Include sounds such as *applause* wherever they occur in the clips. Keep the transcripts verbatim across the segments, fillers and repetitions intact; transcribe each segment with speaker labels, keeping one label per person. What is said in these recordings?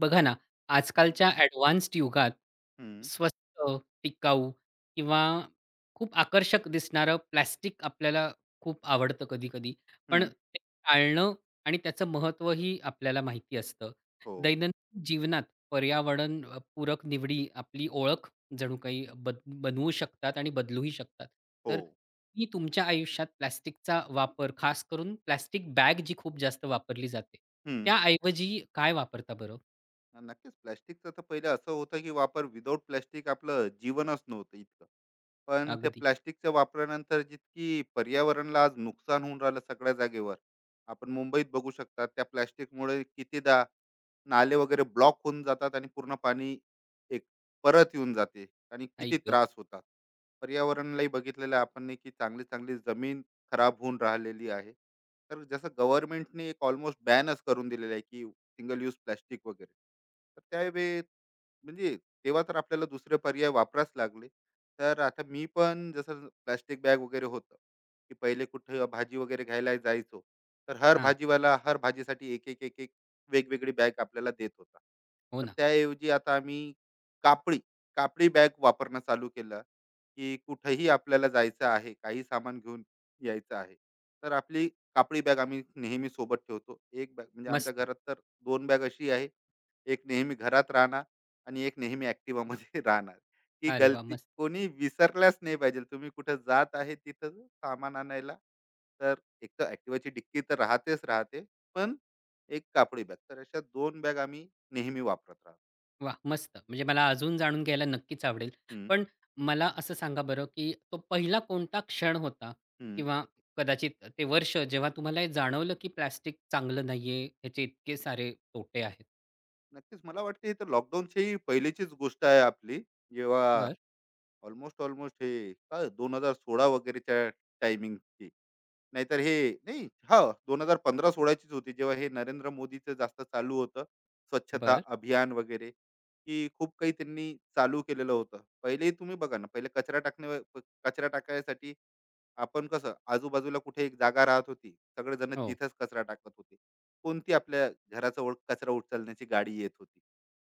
Speaker 1: बघा ना,
Speaker 2: हं,
Speaker 1: आजकालच्या ॲडवान्स्ड युगात
Speaker 2: हं,
Speaker 1: स्वस्त, टिकाऊ किंवा खूप आकर्षक दिसणारं प्लास्टिक आपल्याला खूप आवडतं कधी-कधी. पण
Speaker 2: हं.
Speaker 1: ते टाळणं आणि त्याचं महत्त्वही आपल्याला माहिती असतं.
Speaker 2: हो,
Speaker 1: दैनंदिन जीवनात पर्यावरण अ, पूरक निवडी आपली ओळख जणू काही बद बनवू शकतात आणि बदलूही शकतात.
Speaker 2: हो.
Speaker 1: तर तुम्ही तुमच्या आयुष्यात प्लास्टिकचा वापर, खास करून प्लास्टिक बॅग जी खूप जास्त वापरली जाते,
Speaker 2: हं.
Speaker 1: त्याऐवजी काय वापरता बरं?
Speaker 2: नक्कीच प्लास्टिकचं तर पहिलं असं होतं की वापर विदाऊट प्लास्टिक आपलं जीवनच नव्हतं इतकं. पण त्या
Speaker 1: अगदी.
Speaker 2: प्लास्टिकच्या वापरानंतर जितकी पर्यावरणाला आज नुकसान होऊन राहिलं सगळ्या जागेवर. आपण मुंबईत बघू शकता त्या प्लास्टिकमुळे कितीदा नाले वगैरे ब्लॉक होऊन जातात आणि पूर्ण पाणी एक परत येऊन जाते आणि किती
Speaker 1: आई गं!
Speaker 2: त्रास होतात. पर्यावरणालाही बघितलेलं आहे आपण की चांगली-चांगली जमीन खराब होऊन राहिलेली आहे. तर जसं गव्हर्नमेंटने एक अल्मोस्ट बॅनच करून दिलेलं आहे की सिंगल यूज प्लास्टिक वगैरे. तर त्यावेळी म्हणजे तेव्हा तर आपल्याला दुसरे पर्याय वापराच लागले. तर आता मी पण जसं प्लास्टिक बॅग वगैरे होतं, की पहिले कुठे भाजी वगैरे घ्यायला जायचो, तर हर
Speaker 1: हां.
Speaker 2: भाजीवाला हर भाजीसाठी एक, एक, एक, एक वेगवेगळी बॅग आपल्याला देत होता.
Speaker 1: हो
Speaker 2: तर
Speaker 1: ना.
Speaker 2: त्याऐवजी आता आम्ही कापडी, कापडी बॅग वापरणं चालू केलं, की कुठेही आपल्याला जायचं आहे, काही सामान घेऊन यायचं आहे, तर आपली कापडी बॅग आम्ही नेहमी सोबत ठेवतो. एक बॅग म्हणजे आमच्या
Speaker 1: मस्त.
Speaker 2: घरात तर दोन बॅग अशी आहे, एक नेहमी घरात राहणार आणि एक नेहमी ऍक्टिव्हामध्ये *laughs* राहणार, की
Speaker 1: अरे वाह!
Speaker 2: गलती
Speaker 1: मस्त.
Speaker 2: कोणी विसरल्याच नाही पाहिजे, तुम्ही कुठं जात आहे तिथं सामान आणायला. तर एक तर ऍक्टिव्हाची डिक्की तर राहतेच राहते, पण एक कापडी बॅग, तर अशा दोन बॅग आम्ही नेहमी वापरत राहतो.
Speaker 1: वाह! मस्त. म्हणजे मला अजून जाणून घ्यायला नक्कीच आवडेल.
Speaker 2: हम्म,
Speaker 1: पण मला असं सांगा बरं, की तो पहिला कोणता क्षण होता
Speaker 2: हम्म.
Speaker 1: किंवा कदाचित ते वर्ष जेव्हा तुम्हाला हे जाणवलं, की प्लास्टिक चांगलं नाहीये, ह्याचे इतके सारे तोटे आहेत?
Speaker 2: नक्कीच मला वाटते हे तर लॉकडाऊनची पहिलीचीच गोष्ट आहे आपली. जेव्हा
Speaker 1: बरं,
Speaker 2: ऑलमोस्ट ऑलमोस्ट हे काय दोन हजार सोळा वगैरेच्या टायमिंग, नाहीतर हे, नाही, हो, दोन हजार पंधरा सोळा-16चीच होती, जेव्हा हे नरेंद्र मोदीचं जास्त चालू होतं. स्वच्छता
Speaker 1: बरं.
Speaker 2: अभियान वगैरे, की खूप काही त्यांनी चालू केलेलं होतं. पहिलेही तुम्ही बघा ना, पहिले कचरा टाकण्या कचरा टाकायसाठी आपण कसं आजूबाजूला कुठे एक जागा राहत होती. सगळेजण
Speaker 1: हो.
Speaker 2: तिथेच कचरा टाकत होते. कोणती आपल्या घराजवळ कचरा उचलण्याची गाडी येत होती.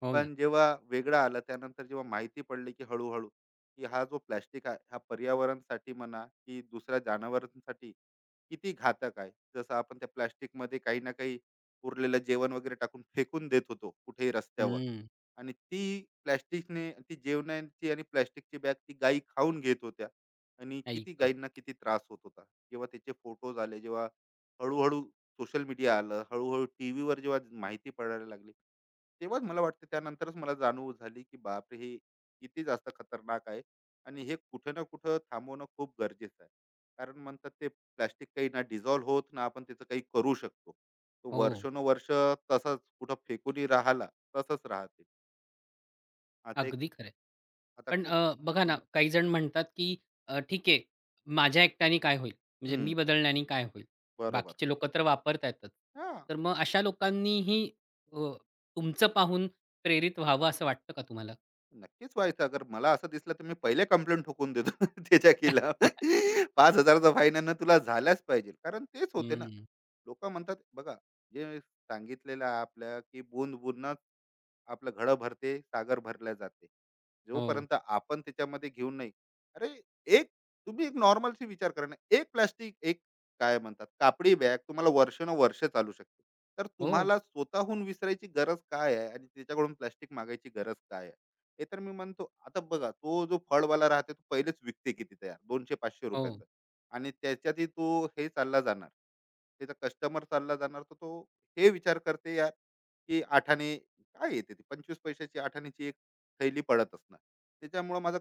Speaker 1: हो ना.
Speaker 2: पण जेव्हा वेगळं आलं त्यानंतर जेव्हा माहिती पडली की हळूहळू, की हा जो प्लॅस्टिक आहे हा पर्यावरणसाठी म्हणा की दुसऱ्या जनावरांसाठी किती घातक आहे. जसं आपण त्या प्लॅस्टिकमध्ये काही ना काही उरलेलं जेवण वगैरे टाकून फेकून देत होतो कुठेही रस्त्यावर,
Speaker 1: हं.
Speaker 2: आणि ती प्लॅस्टिकने ती जेवणाची आणि प्लॅस्टिकची बॅग ती गायी खाऊन घेत होत्या, आणि
Speaker 1: आई
Speaker 2: किती
Speaker 1: गं!
Speaker 2: गायींना किती त्रास होत होता. जेव्हा त्याचे फोटोज आले, जेव्हा हळूहळू सोशल मीडिया आलं, हळूहळू टी व्हीवर जेव्हा माहिती पडायला लागली, तेव्हाच मला वाटतं त्यानंतरच मला जाणीव झाली की बापरे हे किती जास्त खतरनाक आहे, आणि हे कुठं ना कुठं थांबवणं खूप गरजेचं आहे. कारण म्हणतात ते प्लास्टिक काही ना डिझॉल्व्ह होत ना आपण त्याचं काही करू शकतो. तो
Speaker 1: हो.
Speaker 2: वर्षानुवर्ष तसंच कुठं फेकूनही राहिला तसंच राहते. आता एक,
Speaker 1: अगदी खरं आहे.
Speaker 2: आता
Speaker 1: पण
Speaker 2: खूप.
Speaker 1: अ, बघा ना,
Speaker 2: हम्म,
Speaker 1: काही जण म्हणतात, की अ, "ठीक आहे, माझ्या एकट्याने काय होईल? म्हणजे
Speaker 2: हम्म,
Speaker 1: मी बदलण्याने काय होईल?
Speaker 2: बरोबर.
Speaker 1: बाकीचे लोकं तर वापरतायतच."
Speaker 2: हा,
Speaker 1: तर मग अशा लोकांनीही अ, तुमचं पाहून प्रेरित व्हावं असं वाटतं का तुम्हाला?
Speaker 2: नक्कीच व्हायचं. अगर मला असं दिसलं तर मी पहिले कंप्लेंट ठोकून देतो *laughs* त्याच्या केला.
Speaker 1: *laughs*
Speaker 2: पाच हजाराचा फाईन आहे ना, तुला झाल्याच पाहिजे, कारण तेच होते ना
Speaker 1: हं.
Speaker 2: लोक म्हणतात, बघा जे सांगितलेलं आहे आपल्या, की बुंद बुंद आपलं घडं भरते, सागर भरल्या जाते,
Speaker 1: हो.
Speaker 2: जोपर्यंत आपण त्याच्यामध्ये घेऊन नाही. अरे, एक, तुम्ही एक नॉर्मलशी विचार करा ना, एक प्लास्टिक, एक काय म्हणतात कापडी बॅग तुम्हाला वर्ष वर्ष चालू शकते, तर
Speaker 1: हो,
Speaker 2: तुम्हाला स्वतःहून विसरायची गरज काय आहे आणि त्याच्याकडून प्लास्टिक मागायची गरज काय आहे. हे तर मी म्हणतो, आता बघा, तो जो फळवाला राहते तो पहिलेच विकते किती तयार दोनशे पाचशे
Speaker 1: हो.
Speaker 2: रुपयाचा, आणि त्याच्यातही तो हे चालला जाणार, त्याचा कस्टमर चालला जाणार, तर तो हे विचार करते यार, की आठाने काय येते ती पंचवीस पैशाची आठाण्याची एक थैली पडत असणार, त्याच्यामुळे माझा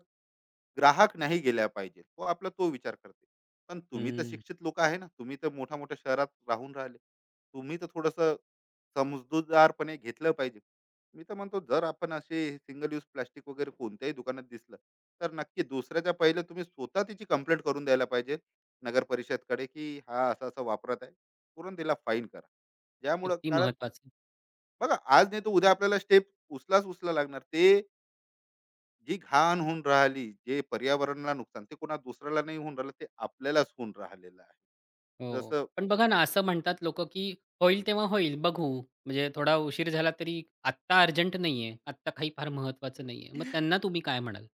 Speaker 2: ग्राहक नाही गेला पाहिजे, तो आपला तो विचार करते. पण तुम्ही तर
Speaker 1: हं.
Speaker 2: शिक्षित लोक आहे ना, तुम्ही तर मोठ्या मोठ्या शहरात राहून राहिले, तुम्ही तर थोडस समजूतदारपणे घेतलं पाहिजे. मी तर म्हणतो जर आपण असे सिंगल यूज प्लास्टिक वगैरे कोणत्याही दुकानात दिसलं, तर नक्की दुसऱ्याच्या पहिले तुम्ही स्वतः त्याची कंप्लेंट करून द्यायला पाहिजे नगर परिषदकडे, की हा असा-असा वापरत आहे. तुरंत त्याला फाईन करा. ज्यामुळं
Speaker 1: किती
Speaker 2: कारण
Speaker 1: महत्वाचं.
Speaker 2: बघा आज नाही तर उद्या आपल्याला स्टेप उचलाच उचला लागणार. ते जी घाण होऊन राहिली, जे पर्यावरणाला नुकसान, ते कोणा दुसऱ्याला नाही होऊन राहिलं, ते आपल्यालाच होऊन राहिलेलं आहे.
Speaker 1: हो.
Speaker 2: जसं,
Speaker 1: पण बघा ना, असं म्हणतात लोकं, की "होईल तेव्हा होईल, बघू." म्हणजे थोडा उशीर झाला तरी आत्ता अर्जंट नाहीये, आत्ता काही फार महत्वाचं नाहीये. मग त्यांना तुम्ही काय म्हणाल?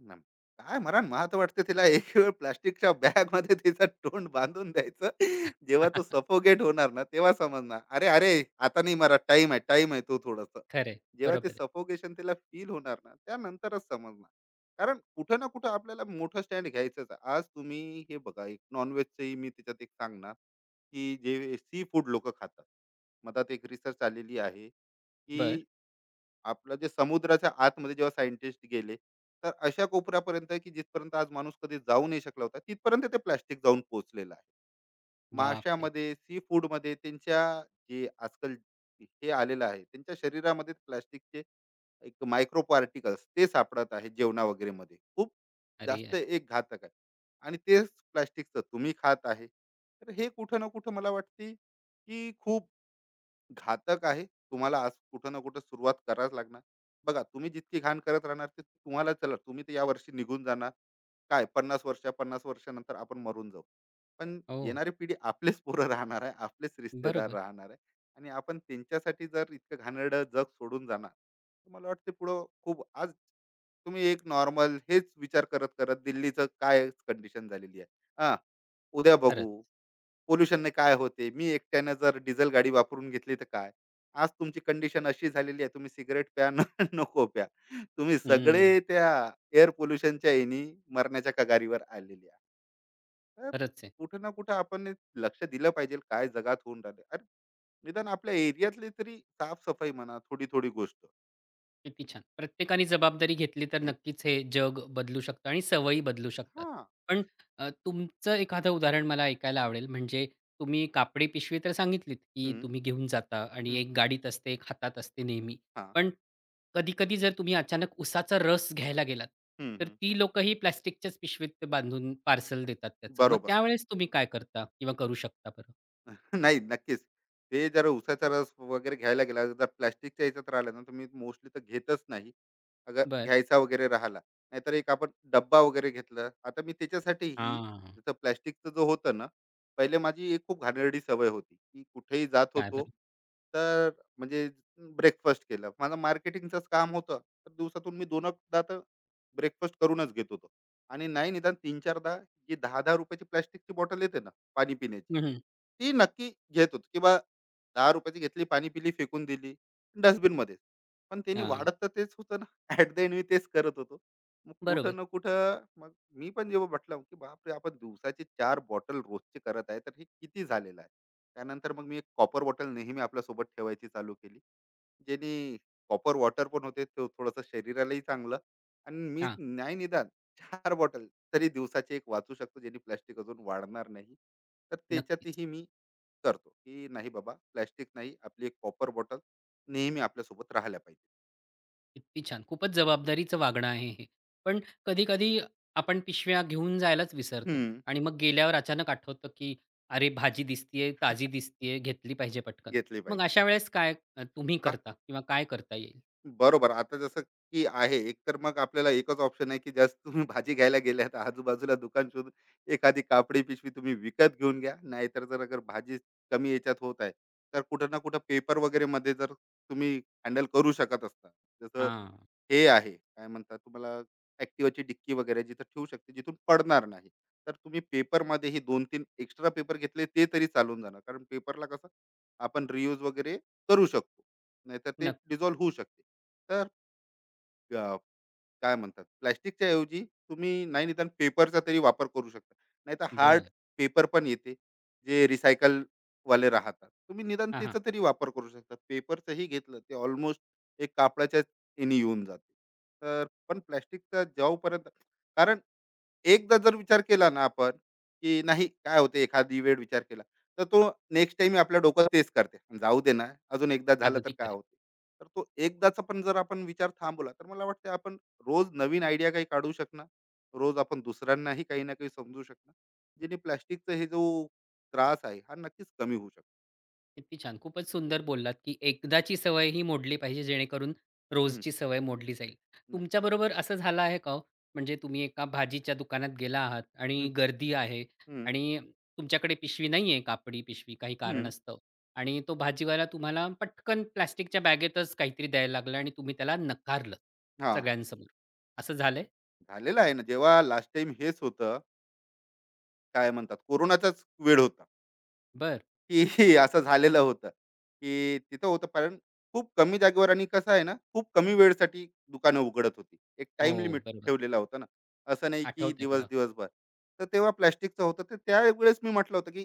Speaker 2: ना. काय मला मला तर वाटतं तिला *laughs* एक वेळ प्लास्टिकच्या बॅगमध्ये तिचं तोंड बांधून द्यायचं. जेव्हा तो सफोगेट होणार ना, तेव्हा समजणार, "अरे, अरे, आता नाही मला टाईम आहे, टाईम आहे तो थोडासा."
Speaker 1: खरं आहे.
Speaker 2: जेव्हा ते
Speaker 1: बरोबर आहे.
Speaker 2: सफोकेशन तिला फील होणार ना, त्यानंतरच समजणार. कारण कुठं ना कुठं आपल्याला मोठं स्टँड घ्यायचंच आहे. आज तुम्ही हे बघा, एक नॉन मी त्याच्यात एक सांगणार, की जे सी फूड लोकं खातात. मधात एक रिसर्च आलेली आहे,
Speaker 1: बरं.
Speaker 2: की आपलं जे समुद्राच्या आतमध्ये जेव्हा सायंटिस्ट गेले, तर अशा कोपऱ्यापर्यंत की जिथपर्यंत आज माणूस कधी जाऊ नाही शकला होता, तिथपर्यंत ते प्लास्टिक जाऊन पोहोचलेलं आहे.
Speaker 1: बापरे!
Speaker 2: माशामध्ये सी फूडमध्ये त्यांच्या, जे आजकाल हे आलेलं आहे त्यांच्या शरीरामध्ये प्लास्टिकचे एक मायक्रो पार्टिकल्स ते सापडत आहे जेवणा वगैरे मध्ये, खूप
Speaker 1: अरे,
Speaker 2: जास्त
Speaker 1: अरे!
Speaker 2: एक घातक आहे. आणि तेच प्लास्टिकचं तुम्ही खात आहे, तर हे कुठं ना कुठं मला वाटते की खूप घातक आहे. तुम्हाला आज कुठं ना कुठं सुरुवात करावीच लागणार. बघा तुम्ही जितकी घाण करत राहणार ते तुम्हाला, चला तुम्ही तर यावर्षी निघून जाणार. काय पन्नास वर्ष, पन्नास वर्षानंतर आपण मरून जाऊ. पण
Speaker 1: हो.
Speaker 2: येणारी पिढी आपलेच पोरं राहणार आहे, आपलेच रिश्तेदार
Speaker 1: बरोबर.
Speaker 2: राहणार आहे. आणि आपण त्यांच्यासाठी जर इतकं घाणेरडं जग सोडून जाणार, तर मला वाटते पुढं खूप आज तुम्ही एक नॉर्मल हेच विचार करत-करत, दिल्लीचं काय कंडिशन झालेली आहे. हां, उद्या बघू.
Speaker 1: खरंच.
Speaker 2: पोल्युशनने काय होते? मी एकट्यानं जर डिझेल गाडी वापरून घेतली तर काय? आज तुमची कंडिशन अशी झालेली आहे, तुम्ही सिगारेट प्या, न *laughs* नको प्या. तुम्ही
Speaker 1: हं.
Speaker 2: सगळे त्या एअर पोल्युशनच्या यानी मरण्याच्या कगारीवर आलेले आहे. तर
Speaker 1: खरंच आहे.
Speaker 2: कुठं ना कुठं आपण हे लक्ष दिलं पाहिजे, काय जगात होऊन राहिले. अरे, निदान आपल्या एरियातली तरी साफ म्हणा, थोडी-थोडी गोष्ट
Speaker 1: किती छान! प्रत्येकाने जबाबदारी घेतली तर
Speaker 2: घेत.
Speaker 1: नक्कीच हे जग बदलू शकतं आणि सवयी बदलू शकतात.
Speaker 2: हां.
Speaker 1: पण अ, तुमचं एखादं उदाहरण मला ऐकायला आवडेल. म्हणजे तुम्ही कापडी पिशवी तर सांगितलीत, की
Speaker 2: हं,
Speaker 1: तुम्ही घेऊन जाता आणि
Speaker 2: हं.
Speaker 1: एक गाडीत असते, एक हातात असते नेहमी.
Speaker 2: हां.
Speaker 1: पण कधी-कधी जर तुम्ही अचानक उसाचा रस घ्यायला गेलात,
Speaker 2: हं,
Speaker 1: तर
Speaker 2: हं.
Speaker 1: ती लोकंही प्लास्टिकच्याच पिशवीत ते बांधून पार्सल देतात त्याचं. मग
Speaker 2: बरोबर.
Speaker 1: त्यावेळेस तुम्ही काय करता किंवा करू शकता बरं?
Speaker 2: *laughs* नाही, नक्कीच. ते जर उसाचा रस वगैरे घ्यायला गेला, जर प्लास्टिकच्या ह्याच्यात राहिला ना, तर मी मोस्टली तर घेतच नाही. अगर
Speaker 1: बरं.
Speaker 2: घ्यायचा वगैरे राहिला. नाहीतर एक आपण डब्बा वगैरे घेतला. आता मी त्याच्यासाठी ही,
Speaker 1: हां.
Speaker 2: जसं प्लास्टिकचं जो होतं ना, पहिले माझी एक खूप घाणेरडी सवय होती, की कुठेही जात
Speaker 1: काय
Speaker 2: होतो,
Speaker 1: बरं?
Speaker 2: तर म्हणजे ब्रेकफास्ट केलं. माझं मार्केटिंगचंच काम होतं, तर दिवसातून मी 2दा तर ब्रेकफास्ट करूनच घेत होतो. आणि नाही निदान तीन-4दा जी ₹दहा दहा ची प्लास्टिकची बॉटल येते ना पाणी पिण्याची.
Speaker 1: हं, हं.
Speaker 2: ती नक्की घेत होतो की बा ₹दहा रुपये ची घेतली, पाणी पिली, फेकून दिली डस्टबिनमध्येच. पण त्यांनी
Speaker 1: हां.
Speaker 2: वाढत तर तेच होतं ना. *laughs* ॲट द एंड मी तेच करत होतो. मग कुठं
Speaker 1: बरोबर.
Speaker 2: ना कुठं मग मी पण जेव्हा म्हटलं, की बापरे! आपण दिवसाचे चार बॉटल रोजचे करत आहे, तर हे किती झालेलं आहे. त्यानंतर मग मी एक कॉपर बॉटल नेहमी आपल्यासोबत ठेवायची चालू केली. ज्यानी कॉपर वॉटर पण होते, तो थोडंसं शरीरालाही चांगलं. आणि मी
Speaker 1: हां.
Speaker 2: नाही निदान चार बॉटल तरी दिवसाचे एक वाचू शकतो, ज्याने प्लास्टिक अजून वाढणार नाही. तर
Speaker 1: नक्कीच.
Speaker 2: त्याच्यातही मी करतो की नाही बाबा प्लॅस्टिक नाही, आपली एक कॉपर बॉटल नेहमी आपल्यासोबत राहायला पाहिजे.
Speaker 1: किती छान! खूपच जबाबदारीचं वागणं आहे हे. पण कधी-कधी आपण पिशव्या घेऊन जायलाच विसरतो
Speaker 2: हम्म,
Speaker 1: आणि मग गेल्यावर अचानक आठवतं, की "अरे, भाजी दिसतीये, ताजी दिसतीये, घेतली पाहिजे पटकन."
Speaker 2: घेतली
Speaker 1: मग
Speaker 2: पाहिजे.
Speaker 1: अशा वेळेस काय अ, तुम्ही
Speaker 2: बा-
Speaker 1: करता किंवा काय करता येईल?
Speaker 2: बरोबर. आता जसं की आहे, एक तर मग आपल्याला एकच ऑप्शन आहे की जास्त तुम्ही भाजी घ्यायला गेल्या तर आजूबाजूला दुकान शोधून एखादी कापडी पिशवी तुम्ही विकत घेऊन घ्या. नाहीतर जर अगर भाजी कमी याच्यात होत आहे तर कुठं ना कुठं पेपर वगैरे मध्ये जर तुम्ही हँडल करू शकत असता, जसं
Speaker 1: हां.
Speaker 2: हे आहे, काय म्हणतात तुम्हाला Activaची डिक्की वगैरे जिथं ठेवू शकते, जिथून पडणार नाही. तर तुम्ही पेपरमध्येही दोन तीन एक्स्ट्रा पेपर घेतले ते तरी चालून जाणार. कारण पेपरला कसं आपण रियूज वगैरे करू शकतो. नाहीतर ते
Speaker 1: नक्क
Speaker 2: डिझॉल्व्ह होऊ शकते. तर अ, काय म्हणतात प्लॅस्टिकच्या ऐवजी तुम्ही नाही निदान पेपरचा तरी वापर करू शकता. नाही तर हार्ड
Speaker 1: बरं.
Speaker 2: पेपर पण येते जे रिसायकल वाले राहतात, तुम्ही निदान
Speaker 1: हां, हां.
Speaker 2: त्याचा तरी वापर करू शकता. पेपरचंही घेतलं ते ऑलमोस्ट एक कापडाच्या याने येऊन जाते. तर पण प्लॅस्टिकचा जेवपर्यंत कारण एकदा जर विचार केला ना आपण, की नाही काय होते एखादी वेळ विचार केला, तर तो नेक्स्ट टाईम आपल्या डोकं तेच करते. जाऊ दे ना, अजून एकदा झालं तर
Speaker 1: अगदी
Speaker 2: काय
Speaker 1: खरं
Speaker 2: होते. तर तो एकदाचा पण जर आपण विचार थांबवला, तर मला वाटतं आपण रोज नवीन आयडिया काही काढू शकणार. रोज आपण दुसऱ्यांनाही काही ना काही समजू शकणार. जेणे प्लास्टिकचा हे जो त्रास आहे, हा नक्कीच कमी होऊ शकतो.
Speaker 1: किती छान. खूपच सुंदर बोललात, की एकदाची सवय ही मोडली पाहिजे जेणेकरून
Speaker 2: हं,
Speaker 1: रोजची सवय मोडली जाईल.
Speaker 2: नक्की.
Speaker 1: तुमच्याबरोबर असं झालं आहे का हो? म्हणजे तुम्ही एका भाजीच्या दुकानात गेला आहात
Speaker 2: हं,
Speaker 1: आणि गर्दी आहे
Speaker 2: हं,
Speaker 1: आणि तुमच्याकडे पिशवी नाहीये कापडी पिशवी काही
Speaker 2: हं.
Speaker 1: कारणास्तव आणि तो भाजीवाला तुम्हाला पटकन प्लास्टिकच्या बॅगेतच काहीतरी द्यायला लागला आणि तुम्ही त्याला नकारलं
Speaker 2: हां,
Speaker 1: सगळ्यांसमोर. असं झालंय?
Speaker 2: झालेलं आहे ना. जेव्हा लास्ट टाईम हेच होतं, काय म्हणतात कोरोनाचाच वेळ होता.
Speaker 1: बरं.
Speaker 2: की *laughs* असं झालेलं होतं, की तिथं होतं कारण खूप कमी जागेवर, आणि कसं आहे ना, खूप कमी वेळेसाठी दुकानं उघडत होती. एक टाइम लिमिट
Speaker 1: हो, बरोबर.
Speaker 2: ठेवलेला होता ना. असं नाही की
Speaker 1: आठवतंय
Speaker 2: दिवस
Speaker 1: मला.
Speaker 2: दिवसभर. तर तेव्हा प्लास्टिकचं होतं. तर त्यावेळेस मी म्हटलं होतं, की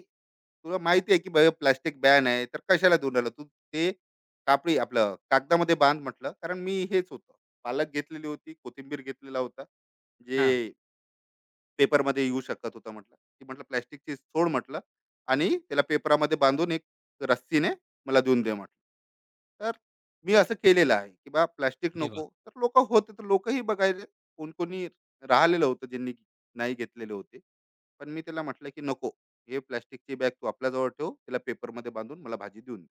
Speaker 2: तुला माहिती आहे की बाबा प्लास्टिक बॅन आहे, तर कशाला देऊन राहिला तू ते. कापडी आपलं कागदामध्ये बांध म्हटलं. कारण मी हेच होतं. पालक घेतलेली होती, कोथिंबीर घेतलेला होता.
Speaker 1: हां.
Speaker 2: जे पेपरमध्ये येऊ शकत होता म्हटलं. ती म्हटलं प्लास्टिकची सोड म्हटलं आणि त्याला पेपरामध्ये बांधून एक रस्सीने मला देऊन दे म्हटलं. तर मी असं केलेलं आहे, की बा प्लास्टिक
Speaker 1: अरे वाह!
Speaker 2: नको. तर लोकं होते, तर लोकंही बघायला कोण-कोणी राहिलेलं होतं ज्यांनी नाही घेतलेले होते. पण मी त्याला म्हटलं, की "नको, हे प्लास्टिकची बॅग तू आपल्याजवळ ठेव. त्याला पेपरमध्ये बांधून मला भाजी देऊन दे."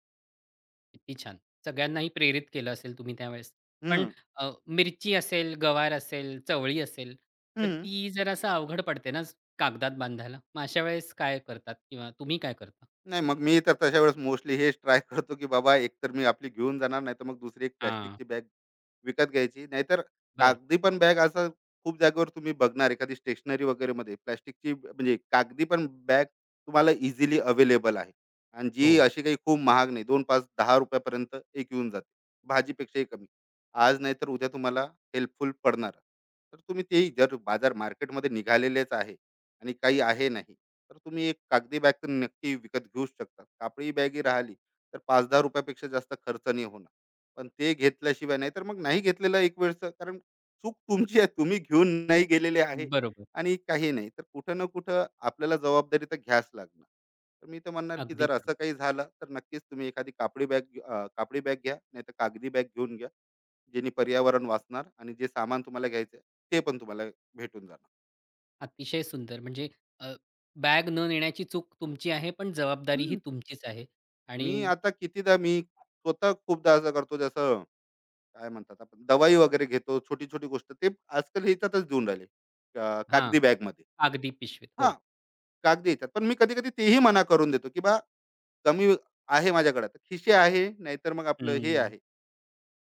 Speaker 1: किती छान! सगळ्यांनाही प्रेरित केलं असेल तुम्ही त्यावेळेस. पण
Speaker 2: हं,
Speaker 1: अ, मिरची असेल, गवार असेल, चवळी असेल, तर
Speaker 2: हं.
Speaker 1: ती जरासं अवघड पडते ना कागदात बांधायला. मग अशा वेळेस काय करतात किंवा तुम्ही काय करता?
Speaker 2: नाही मग मी तर तशा वेळेस मोस्टली हेच ट्राय *laughs* करतो, की बाबा एकतर मी आपली घेऊन जाणार, नाहीतर मग दुसरी एक
Speaker 1: हां,
Speaker 2: प्लास्टिकची बॅग विकत घ्यायची. नाहीतर
Speaker 1: बरं.
Speaker 2: कागदी पण बॅग, असं खूप जागेवर तुम्ही बघणार एखादी स्टेशनरी वगैरे मध्ये, प्लास्टिकची म्हणजे कागदी पण बॅग तुम्हाला इझिली अवेलेबल आहे. आणि
Speaker 1: हो,
Speaker 2: जी अशी काही खूप महाग नाही, दोन पाच दहा रुपयापर्यंत एक येऊन जाते, भाजीपेक्षाही कमी. आज नाही तर उद्या तुम्हाला हेल्पफुल पडणार. तर तुम्ही तेही जर बाजार मार्केटमध्ये निघालेलेच आहे आणि काही आहे, नाही तर तुम्ही एक कागदी बॅग तर नक्की विकत घेऊच शकता. कापडी बॅग ही राहिली, तर पाच दहा रुपयापेक्षा जास्त खर्च नाही होणार. पण ते घेतल्याशिवाय नाही तर मग नाही घेतलेलं एक वेळचं, कारण चूक तुमची आहे, तुम्ही घेऊन नाही गेलेले आहे.
Speaker 1: बरोबर.
Speaker 2: आणि काही नाही तर कुठं ना कुठं आपल्याला जबाबदारी तर घ्यास लागणार. तर मी तर म्हणणार की
Speaker 1: अगदी
Speaker 2: जर
Speaker 1: बरोबर.
Speaker 2: असं काही झालं तर नक्कीच तुम्ही एखादी कापडी बॅग, कापडी बॅग घ्या, नाही तर कागदी बॅग घेऊन घ्या, जेणे पर्यावरण वाचणार, आणि जे सामान तुम्हाला घ्यायचं ते पण तुम्हाला भेटून जाणार.
Speaker 1: अतिशय सुंदर. म्हणजे अ, बॅग न नेण्याची चूक तुमची आहे, पण जबाबदारी ही
Speaker 2: हम्म.
Speaker 1: तुमचीच आहे. आणि
Speaker 2: मी आता कितीदा मी स्वतः खूपदा असं करतो, जसं काय म्हणतात आपण दवाई वगैरे घेतो, छोटी छोटी गोष्ट ते आजकाल ह्याच्यातच देऊन राहिले, अं,
Speaker 1: हां,
Speaker 2: कागदी बॅग मध्ये.
Speaker 1: कागदी पिशवीत.
Speaker 2: हां,
Speaker 1: हो.
Speaker 2: कागदी येतात. पण मी कधी-कधी तेही मना करून देतो, की बा कमी आहे, माझ्याकडे तर खिशे आहे, नाहीतर मग आपलं हे
Speaker 1: हं.
Speaker 2: आहे,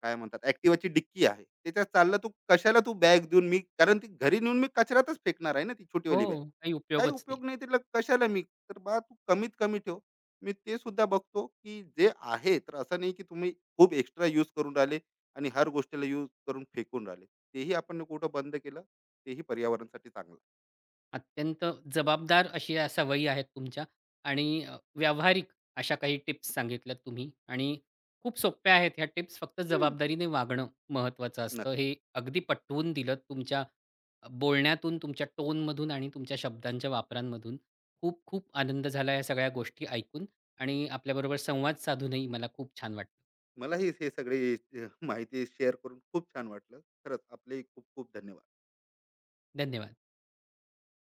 Speaker 2: काय म्हणतात Activaची डिक्की आहे. त्याच्यात चालला, तू कशाला तू बॅग देऊन मी, कारण ती घरी नेऊन मी कचऱ्यातच फेकणार आहे ना ती
Speaker 1: हो,
Speaker 2: छोटीवाली बॅग.
Speaker 1: काही
Speaker 2: काही
Speaker 1: उपयोगच नाही.
Speaker 2: उपयोग नाही तिला, कशाला मी. तर बा तू कमीत कमी ठेव. मी ते सुद्धा बघतो, की जे आहे तर असं नाही, की तुम्ही खूप एक्स्ट्रा यूज करून राहिले आणि हर गोष्टीला यूज करून फेकून राहिले. तेही आपण कुठं बंद केलं, तेही पर्यावरणासाठी चांगलं.
Speaker 1: अत्यंत जबाबदार अशी या सवयी आहेत तुमच्या आणि अ, व्यावहारिक अशा काही टिप्स सांगितल्यात तुम्ही आणि खूप सोप्या आहेत ह्या टिप्स. फक्त
Speaker 2: हं,
Speaker 1: जबाबदारीने वागणं महत्त्वाचं असतं.
Speaker 2: नक्की.
Speaker 1: हे अगदी पटवून दिलं तुमच्या अ, बोलण्यातून, तुमच्या टोनमधून आणि तुमच्या शब्दांच्या वापरांमधून. खूप खूप आनंद झाला या सगळ्या गोष्टी ऐकून आणि आपल्याबरोबर संवाद साधूनही मला खूप छान वाटलं.
Speaker 2: मलाही हे सगळे अ, माहिती शेअर करून खूप छान वाटलं. खरंच आपलेही खूप खूप धन्यवाद.
Speaker 1: धन्यवाद.